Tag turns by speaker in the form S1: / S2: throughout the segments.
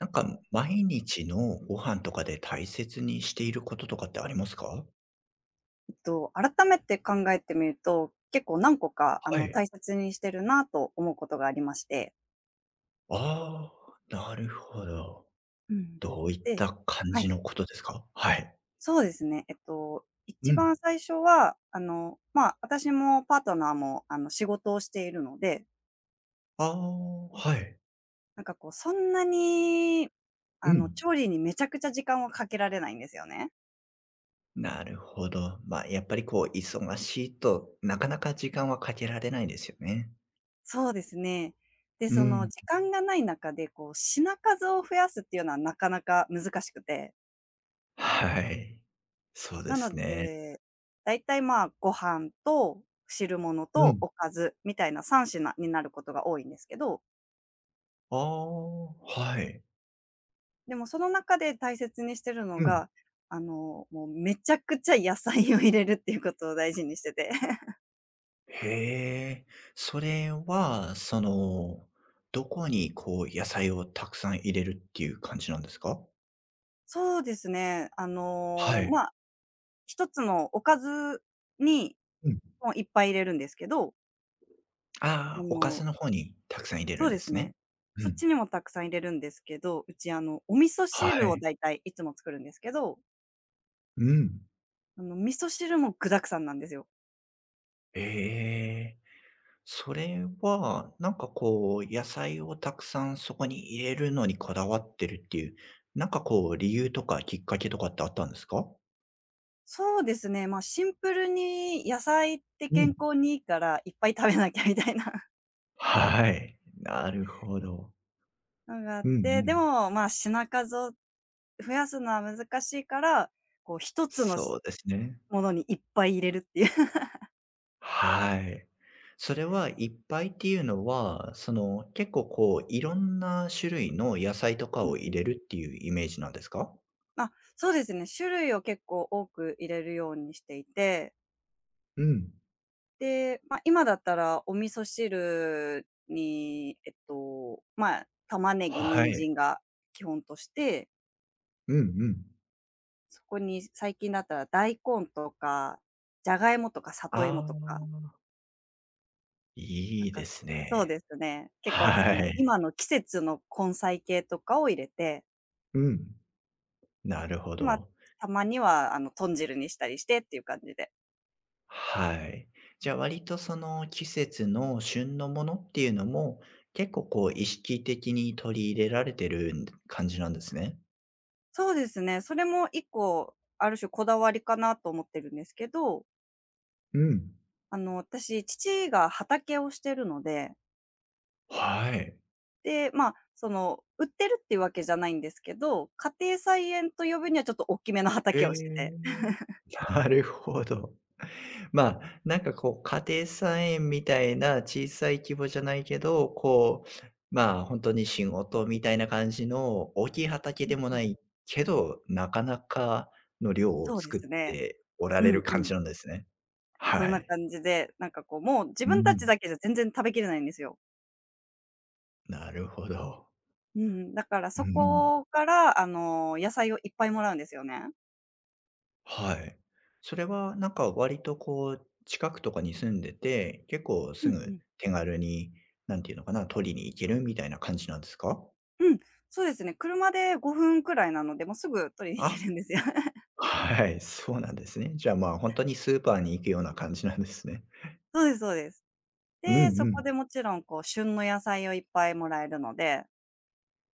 S1: なんか、毎日のご飯とかで大切にしていることとかってありますか？
S2: 改めて考えてみると、結構何個か、
S1: はい。
S2: 大切にしてるなと思うことがありまして。
S1: ああ、なるほど。
S2: うん。
S1: どういっ
S2: で、
S1: た感
S2: は
S1: じ
S2: い、
S1: のことですか？はい。
S2: そうですね。一
S1: うん。
S2: 番最初は、まあ、私もパートナーも、仕事をしているので、
S1: ああ、はい。
S2: なんかこう、そんなに、
S1: うん。
S2: 調理にめちゃくちゃ時間をかけられないんですよね。
S1: なるほど。やっぱりこう忙しいと、なかなか時間はかけられないですよね。
S2: そうですね。で、
S1: う
S2: その
S1: ん。
S2: 時間がない中で、こう、品数を増やすっていうのはなかなか難しくて。
S1: はい。そうで
S2: な
S1: す
S2: の
S1: ね。
S2: で、だいたい、まあ、ご飯と汁物
S1: う
S2: と
S1: ん。
S2: おかずみたいな3品になることが多いんですけど、
S1: ああ、はい。
S2: でもその中で大切にしてるの
S1: うん。
S2: が、もうめちゃくちゃ野菜を入れるっていうことを大事にしてて。
S1: へえ。それは、その、どこにこう野菜をたくさん入れるっていう感じなんですか？
S2: そうですね、
S1: はい。
S2: まあ、一つのおかずに、
S1: うん。
S2: もいっぱい入れるんですけど、あ
S1: ああ、おか
S2: の
S1: ずの方にたくさん入れ
S2: そ
S1: る
S2: う
S1: ん
S2: で
S1: で
S2: す
S1: すね。
S2: ね。
S1: う
S2: そっ
S1: ん。
S2: ちにもたくさん入れるんですけど、うち、お味噌
S1: は
S2: 汁を
S1: い。
S2: だいたいいつも作るんですけど、
S1: うん。
S2: 味噌汁も具沢山なんですよ。
S1: ええ。それは、なんかこう、野菜をたくさんそこに入れるのにこだわってるっていう、なんかこう理由とかきっかけとかってあったんですか？
S2: そうですね、まあ、シンプルに野菜って
S1: う
S2: 健
S1: ん。
S2: 康にいいから、いっぱい食べなきゃみたいな
S1: はい。なるほど。
S2: のがあっ
S1: うんう
S2: て、
S1: ん。
S2: でも、まあ、品数を増やすのは難しいから、こう一つの
S1: そうですね。
S2: ものにいっぱい入れるっていう。
S1: はい。それはいっぱいっていうのは、その、結構こう、いろんな種類の野菜とか
S2: う
S1: を
S2: んう
S1: 入
S2: ん。
S1: れるっていうイメージなんですか？
S2: あ、そうですね、種類を結構多く入れるようにしていて、
S1: うん。
S2: で、まあ、今だったらお味噌汁に、まあ、玉ねぎ、
S1: は
S2: 人
S1: い。
S2: 参が基本として、
S1: うんうん。
S2: そこに最近だったら大根とか、じゃがいもとか里
S1: あ
S2: 芋とか、
S1: あ、
S2: な
S1: い
S2: ん
S1: い
S2: か、
S1: です
S2: そうで
S1: ね。
S2: すね。結構そ
S1: は
S2: の
S1: い。
S2: 今の季節の根菜系とかを入れて、
S1: うん。なるほ
S2: で、ま、
S1: ど。
S2: たまにはあの豚汁にしたりしてっていう感じで。
S1: はい。
S2: う
S1: じゃあ
S2: んうん。
S1: 割とその季節の旬のものっていうのも、結構こう意識的に取り入れられてる感じなんですね。
S2: そうですね、それも一個ある種こだわりかなと思ってるんですけど、
S1: うん。
S2: 私、父が畑をしてるので、
S1: はい。
S2: で、ま、その売ってるっていうわけじゃないんですけど、家庭菜園と呼ぶにはちょっとおっきめの
S1: え
S2: 畑
S1: え。
S2: をしてて。
S1: なるほど。まあ、なんかこう、家庭菜園みたいな小さい規模じゃないけど、こう、まあ、本当に仕事みたいな感じの大きい畑
S2: う
S1: で
S2: ん
S1: も
S2: うん。
S1: ないけど、なかなかの量を
S2: そうで
S1: 作っ
S2: すね。
S1: ておら
S2: う
S1: れる
S2: んう
S1: 感
S2: ん。
S1: じなんですね。
S2: そん
S1: は
S2: な
S1: い。
S2: 感じで、なんかこう、もう自
S1: う
S2: 分たち
S1: ん。
S2: だけじゃ全然食べきれないんですよ。
S1: なるほど。
S2: うん、だから
S1: う
S2: そ
S1: ん。
S2: こから、野菜をいっぱいもらうんですよね。
S1: はい。それはなんか割とこう、近くとかに住んでて、結構
S2: う
S1: す
S2: んう
S1: ぐ
S2: ん。
S1: 手軽に、なんていうのかな、取りに行けるみたいな感じなんですか？
S2: うん、そうですね、車で5分くらいなので、もうすぐ取りに行ける
S1: あ。
S2: んですよ。
S1: はい、そうなんですね。じゃあ、まあ、本当にスーパーに行くような感じなんですね。
S2: そうですそうです。
S1: うん
S2: で、
S1: う
S2: そこで
S1: ん。
S2: もちろんこう、旬の野菜をいっぱいもらえるので、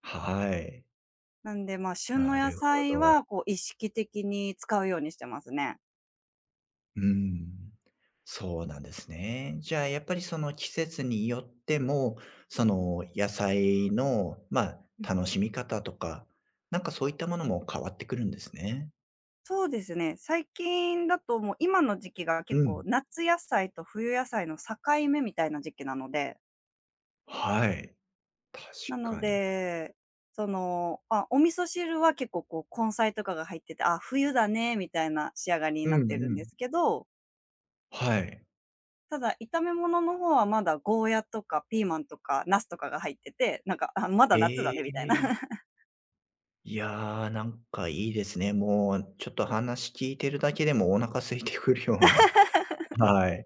S1: はい。
S2: なんで、まあ、旬の
S1: な
S2: 野
S1: るほ
S2: 菜
S1: ど。
S2: はこう、意識的に使うようにしてますね。
S1: うん。そうなんですね。じゃあ、やっぱりその季節によっても、その野菜の、まあ、楽しみ方とか、なんかそういったものも変わってくるんですね。
S2: そうですね。最近だともう今の時期が
S1: う
S2: 結構
S1: ん。
S2: 夏野菜と冬野菜の境目みたいな時期なので、
S1: はい。確
S2: なの
S1: かに。
S2: で、その、あ、お味噌汁は結構こう根菜とかが入ってて、あ、冬だねみたいな仕上がりに
S1: う
S2: な
S1: ん
S2: ってる
S1: う
S2: んで
S1: ん。
S2: すけど、
S1: はい。
S2: ただ炒め物の方はまだゴーヤとかピーマンとかナスとかが入ってて、なんか、あ、まだ
S1: え
S2: 夏だねみたいな。
S1: え。いやー、なんかいいですね。もうちょっと話聞いてるだけでもお腹空いてくるような、はい、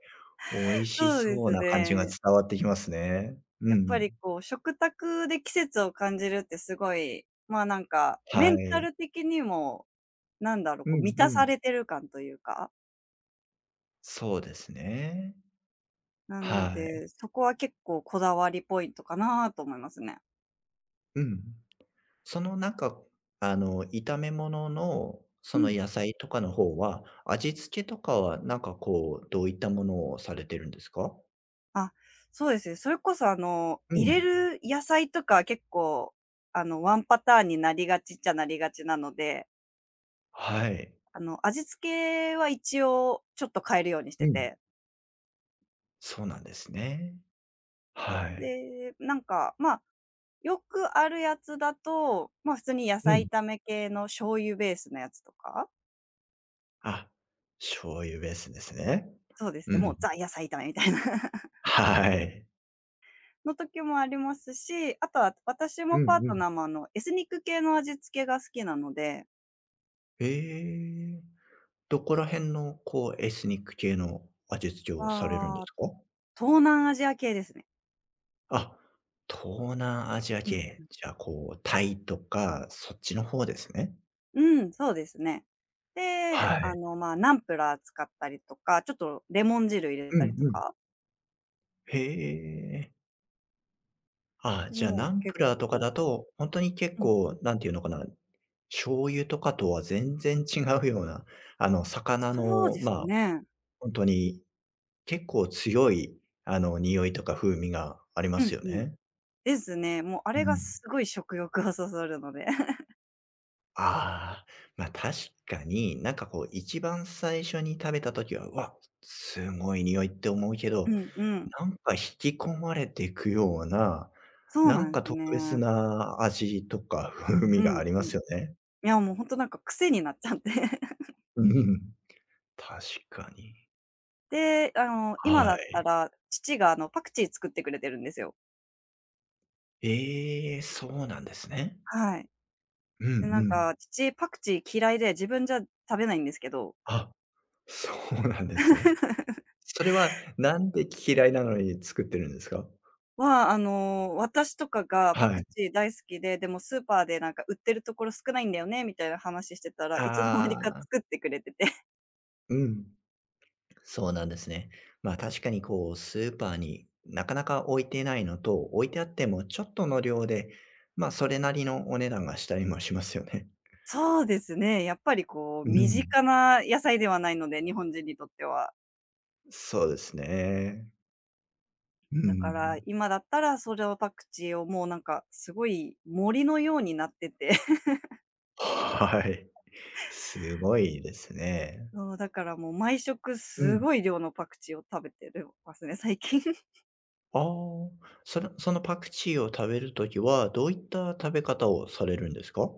S1: 美味し
S2: そうで
S1: そう
S2: す
S1: な感じが
S2: ね。
S1: 伝わってきますね。う
S2: やっぱ
S1: ん。
S2: りこう、食卓で季節を感じるってすごい、まあ、なんか、メ
S1: は
S2: ンタ
S1: い。
S2: ル的にも、なんだろう、
S1: う
S2: こう、
S1: ん
S2: 満
S1: う
S2: たさ
S1: ん。
S2: れてる感というか、
S1: そうですね。
S2: なの
S1: はい。
S2: で、そこは結構こだわりポイントかなと思いますね。
S1: うん。そのなんか、あの、炒め物の
S2: う
S1: その
S2: ん。
S1: 野菜とかの方は、味付けとかはなんかこう、どういったものをされてるんですか？
S2: あ、そうですね。それこそ
S1: う
S2: 入れ
S1: ん。
S2: る野菜とか結構、ワンパターンになりがちっちゃなりがちなので、
S1: はい。
S2: 味付けは一応ちょっと変えるようにし
S1: う
S2: て
S1: ん。
S2: て。
S1: そうなんですね。はい。
S2: で、なんか、まあ、よくあるやつだと、まあ、普通に野
S1: う
S2: 菜
S1: ん。
S2: 炒め系の醤油ベースのやつとか、
S1: あ、醤油ベースですね。
S2: そうです
S1: う
S2: ね、もう
S1: ん。
S2: ザ野菜炒めみたいな
S1: はい。
S2: の時もありますし、あとは私
S1: う
S2: も
S1: ん
S2: パー
S1: う
S2: ト
S1: ん。
S2: ナーも、エスニック系の味付けが好きなので、
S1: ええ、どこら辺のこうエスニック系の味付けをされるんで
S2: ああ、
S1: すか？
S2: 東南アジア系ですね。
S1: あ、東南アジア
S2: うん。
S1: 系。じゃあ、こうタイとかそっちの方ですね。
S2: うん、そうですね。で、
S1: はい。
S2: まあ、ナンプラー使ったりとか、ちょっとレモン汁入れ
S1: う
S2: た
S1: ん
S2: りと
S1: うん。
S2: か、
S1: へえ。あ、
S2: で、
S1: じゃあ、
S2: もう
S1: ナン
S2: 結
S1: プラーとか
S2: 構、
S1: だと、ほんとに結
S2: うんう
S1: 構、
S2: ん。
S1: なんていうのかな、醤油とかとは全然違うような、あの、魚
S2: そう
S1: の、
S2: です
S1: まあ、
S2: ね。
S1: ほんとに、結構強い、あの、匂いとか風味がありま
S2: う
S1: す
S2: ん
S1: よ
S2: うん。
S1: ね。
S2: ですね。もうあ
S1: う
S2: れが
S1: ん。
S2: すごい食欲をそそるので。
S1: ああ、ま、確かに、なんかこう一番最初に食べた時は、わ、すごい匂いって思うけど、
S2: うんうん。
S1: なんか引き込まれていくような、
S2: そう
S1: な
S2: な
S1: ん
S2: んで
S1: か
S2: す
S1: 特別
S2: ね。
S1: な味とか風
S2: う
S1: 味が
S2: ん
S1: あり
S2: う
S1: ま
S2: ん。い
S1: すよね。
S2: や、もうほんとなんか癖になっちゃって。
S1: うん。確かに。
S2: で、今
S1: は
S2: だった
S1: い。
S2: ら父がパクチー作ってくれてるんですよ。
S1: ええ、そうなんですね。
S2: はい。
S1: うんう
S2: で、なん
S1: ん。
S2: か父パクチー嫌いで、自分じゃ食べないんですけど。
S1: あ、そうなんですね。それは、なんで嫌いなのに作ってるんですか？
S2: は、あの、私とかがパ
S1: は
S2: ク
S1: い。
S2: チー大好きで、でもスーパーでなんか売ってるところ少ないんだよねみたいな話してたら、いつの間にか
S1: ああ、
S2: 作ってくれてて。
S1: うん。そうなんですね。まあ、確かにこう、スーパーになかなか置いてないのと、置いてあってもちょっとの量で、まあ、それなりのお値段がしたりもしますよね。
S2: そうですね。やっぱりこう、
S1: う
S2: 身
S1: ん。
S2: 近な野菜ではないので、日本人にとっては。
S1: そうですね。う
S2: だから、
S1: ん。
S2: 今だったらそれをパクチーをもうなんかすごい森のようになってて、
S1: はい。すごいですね。
S2: そう、だからもう毎食
S1: う
S2: す
S1: ん。
S2: ごい量のパクチーを食べてるますね、最近。
S1: ああ、そのそのパクチーを食べるときは、どういった食べ方をされるんですか？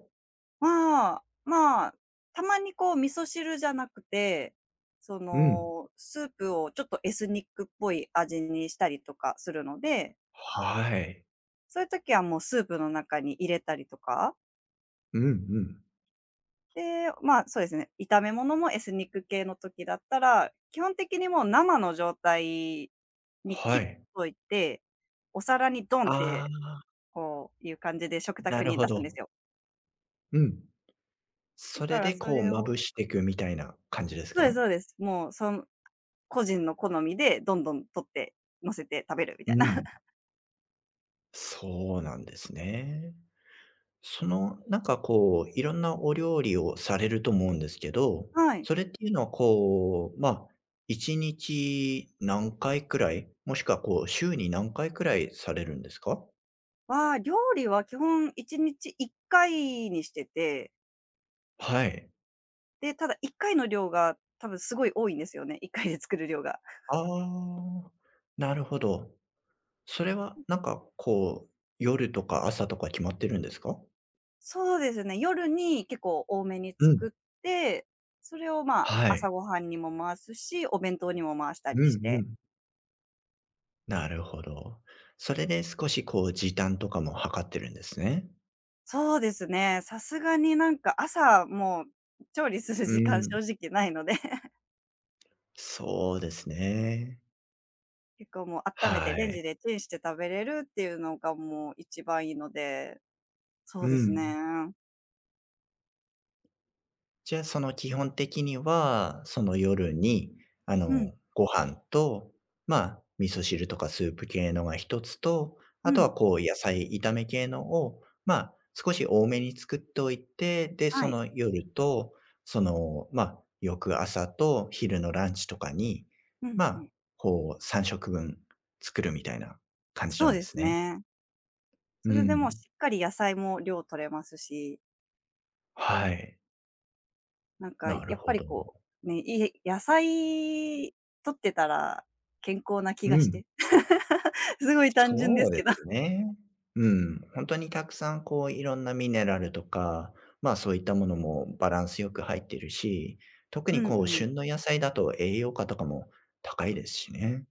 S2: まあ、たまにこう味噌汁じゃなくて、そ
S1: うん。
S2: の、スープをちょっとエスニックっぽい味にしたりとかするので、
S1: はい。
S2: そういう時はもうスープの中に入れたりとか、
S1: うんうん。
S2: で、まあ、そうですね、炒め物もエスニック系の時だったら、基本的にもう生の状態に切
S1: は
S2: っ
S1: い。
S2: といて、お皿にドンっ
S1: ああ、
S2: て、こういう感じで食
S1: な
S2: 卓
S1: る
S2: に
S1: ほ
S2: 出すん
S1: ど。
S2: ですよ。
S1: うん。
S2: だ
S1: それ
S2: から
S1: で
S2: そ
S1: こう
S2: れ
S1: ま
S2: を、
S1: ぶしていくみたいな感じです
S2: そうです
S1: か？
S2: そうです。もう、その個人の好みでどんどん取って乗せて食べるみ
S1: う
S2: たいな。
S1: ん。そうなんですね。そのなんかこう、いろんなお料理をされると思うんですけど、
S2: はい。
S1: それっていうのはこう、1日何回くらい、もしくはこう週に何回くらいされるんですか？
S2: 料理は基本1日1回にしてて、
S1: はい。
S2: で、ただ1回の量が多分すごい多いんですよね、1回で作る量が。
S1: ああ、なるほど。それはなんかこう、夜とか朝とか決まってるんですか？
S2: そうですね、夜に結構多めに
S1: う
S2: 作
S1: ん。
S2: って、それを、まあ、
S1: はい。
S2: 朝ごはんにも回すし、お弁当にも回した
S1: う
S2: りし
S1: んう
S2: て。
S1: ん。なるほど。それで少しこう時短とかも図ってるんですね。
S2: そうですね、さすがになんか朝、もう調理する
S1: う
S2: 時間
S1: ん。
S2: 正直ないので、
S1: そうですね。
S2: 結構もう温めて
S1: は
S2: レン
S1: い。
S2: ジでチンして食べれるっていうのがもう一番いいので、そう
S1: う
S2: です
S1: ん。
S2: ね。
S1: じゃあ、その基本的には、その夜に、あ
S2: うん、
S1: の、ご飯と、まあ、味噌汁とかスープ系のが一つと、
S2: う
S1: あとは
S2: ん、
S1: こう野菜炒め系のを、まあ、少し多めに作っておいて、で、
S2: は
S1: そ
S2: い。
S1: の夜と、その、まあ、翌朝と昼のランチとかに、
S2: うん、
S1: ま
S2: う
S1: あ、
S2: ん。
S1: こう3食分作るみたいな感じ
S2: そ
S1: な
S2: う
S1: んで
S2: で
S1: す
S2: す
S1: ね。
S2: ね。そ
S1: う
S2: れでもう
S1: ん。
S2: しっかり野菜も量取れますし。
S1: はい。
S2: なんか、や
S1: なる
S2: っぱ
S1: ほ
S2: り
S1: ど。
S2: こう、ね、いえ野菜取ってたら健康な気
S1: う
S2: がし
S1: ん。
S2: て。すごい単純で
S1: そう
S2: すけ
S1: で
S2: ど。
S1: す ね。うん、本当にたくさんこういろんなミネラルとか、まあ、そういったものもバランスよく入ってるし、特
S2: う
S1: に
S2: ん
S1: こう
S2: うん。
S1: 旬の野菜だと栄養価とかも高いですしね。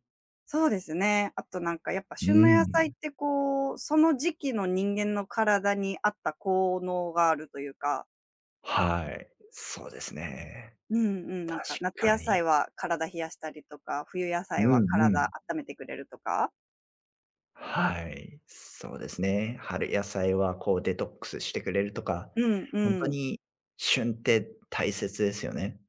S2: そうですね。あとなんかやっぱ
S1: う
S2: 旬の野菜っ
S1: ん。
S2: てこう、その時期の人間の体に合った効能があるというか、
S1: はい、そうですね。
S2: うんうん、なんか夏
S1: 確か
S2: 野菜
S1: に。
S2: は体冷やしたりとか、冬野菜
S1: うん
S2: は
S1: うん。
S2: 体温めてくれるとか。
S1: はい、そうですね。春野菜はこうデトックスしてくれるとか、
S2: うんう
S1: 本当
S2: ん。
S1: に旬って大切ですよね。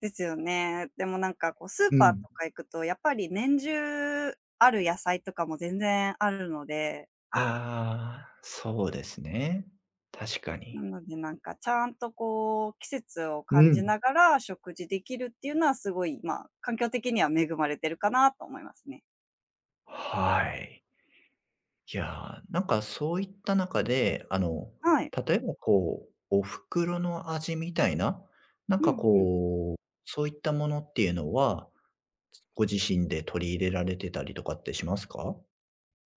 S2: ですよね。でもなんかこうスー
S1: う
S2: パー
S1: ん。
S2: とか行くと、やっぱり年中ある野菜とかも全然あるので、
S1: ああ、そうですね。確か
S2: な
S1: に。
S2: のでなんかちゃんとこう季節を
S1: う
S2: 感じ
S1: ん。
S2: ながら食事できるっていうのはすごい、まあ、環境的には恵まれてるかなと思いますね。
S1: はい。いやー、なんかそういった中で、あの、
S2: はい。
S1: 例えばこう、お袋の味みたいな、なん
S2: う
S1: か
S2: んうん。
S1: こう、そういったものっていうのは、ご自身で取り入れられてたりとかってしますか？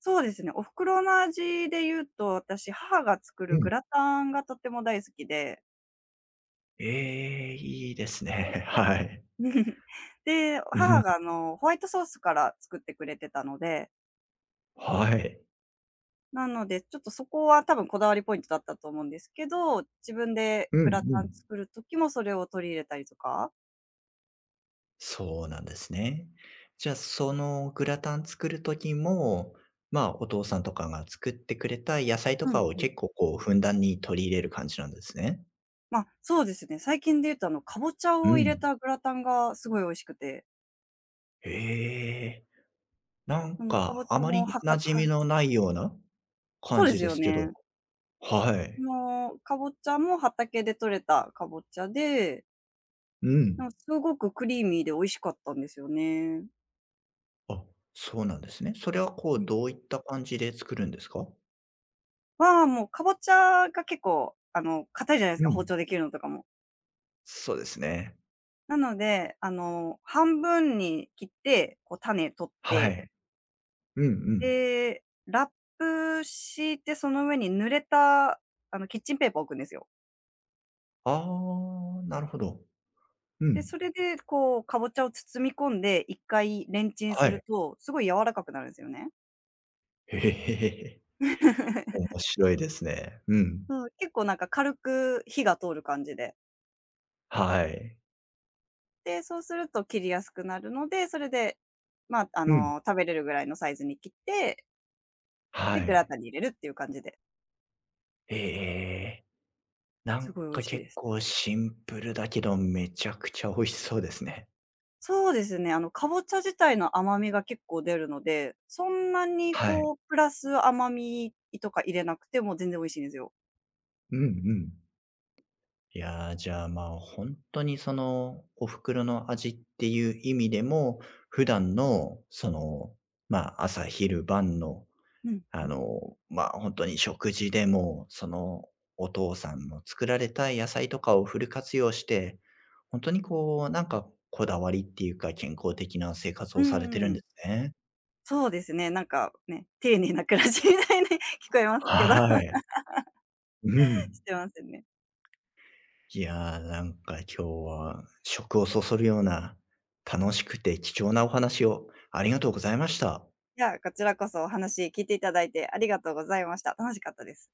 S2: そうですね。お袋の味で言うと、私、母が作
S1: う
S2: るグ
S1: ん。
S2: ラタンがとっても大好きで。
S1: ええ、いいですね。
S2: う
S1: は
S2: ん
S1: い。
S2: で、
S1: う
S2: 母
S1: ん。
S2: がホワイトソースから作ってくれてたので
S1: はい。
S2: なので、ちょっとそこは多分こだわりポイントだったと思うんですけど、自分で
S1: うんう
S2: グラタン
S1: ん。
S2: 作る時もそれを取り入れたりとか。
S1: そうなんですね。じゃあ、そのグラタン作る時も、まあ、お父さんとかが作ってくれた野菜と
S2: うん
S1: かを
S2: うん。
S1: 結構こうふんだんに取り入れる感じなんですね。
S2: ま、そうですね、最近で言うとかぼちゃ
S1: う
S2: を入れ
S1: ん。
S2: たグラタンがすごい美味しくて、
S1: へえ。なん
S2: そのかぼ
S1: か
S2: ち
S1: あ
S2: ゃ
S1: ま
S2: も
S1: り
S2: はか
S1: 馴染み
S2: は
S1: のないような
S2: そ
S1: 感
S2: うで
S1: じ
S2: す
S1: で
S2: よ
S1: すけど。
S2: ね。
S1: は
S2: そ
S1: い。
S2: の、かぼちゃも畑で採れたかぼちゃで、
S1: う
S2: な
S1: ん。
S2: んすごくクリーミーで美味しかったんですよね。
S1: あ、そうなんですね。それはこ
S2: う
S1: う
S2: ん。
S1: どういった感じで作るんですか？
S2: もうかぼちゃが結構、硬いじゃないです
S1: う
S2: か、包
S1: ん。
S2: 丁で切るのとかも。
S1: そうですね。
S2: なので、半分に切って、こう種取っ
S1: は
S2: て、
S1: い。うんうん。
S2: で、ラップ敷いて、その上に濡れた、キッチンペーパー置くんですよ。
S1: ああ、なるほど。う
S2: で、
S1: ん。
S2: それでこう、かぼちゃを包み込んで、1回レンチンす
S1: は
S2: る
S1: い。
S2: と、すごい柔らかくなるんですよね。
S1: へえ。面 白いですね。うん。
S2: そう、結構なんか軽く火が通る感じで。
S1: はい。
S2: で、そうすると切りやすくなるので、それで、まあ、
S1: うん。
S2: 食べれるぐらいのサイズに切って、
S1: は
S2: で、グラ
S1: い。
S2: タンに入れるっていう感じで、
S1: ええええ。な
S2: す
S1: ん
S2: ごい美味
S1: か
S2: しいで
S1: 結
S2: す。
S1: 構シンプルだけど、めちゃくちゃ美味しそうですね。
S2: そうですね、かぼちゃ自体の甘みが結構出るので、そんなに
S1: はい。
S2: こう、プラス甘みとか入れなくても全然美味しいんですよ。
S1: うんうん。いや、じゃあ、まあ、ほんとにその、お袋の味っていう意味でも、普段のその、まあ、朝昼晩の
S2: うん、う
S1: あ
S2: ん。
S1: の、まあ、本当に食事でも、そのお父さんの作られた野菜とかをフル活用して、本当にこう、なんかこだわりっていうか、健康的な生活
S2: う
S1: をされて
S2: ん
S1: る
S2: う
S1: ん
S2: ん。
S1: ですね。
S2: そうですね、なんかね、丁寧な暮らしみたいに 聞こえますけど
S1: はい。う
S2: し
S1: ん。
S2: てますよね。
S1: いやー、なんか今日は食をそそるような、楽しくて貴重なお話をありがとうございました。
S2: いや、こちらこそお話聞いていただいてありがとうございました。楽しかったです。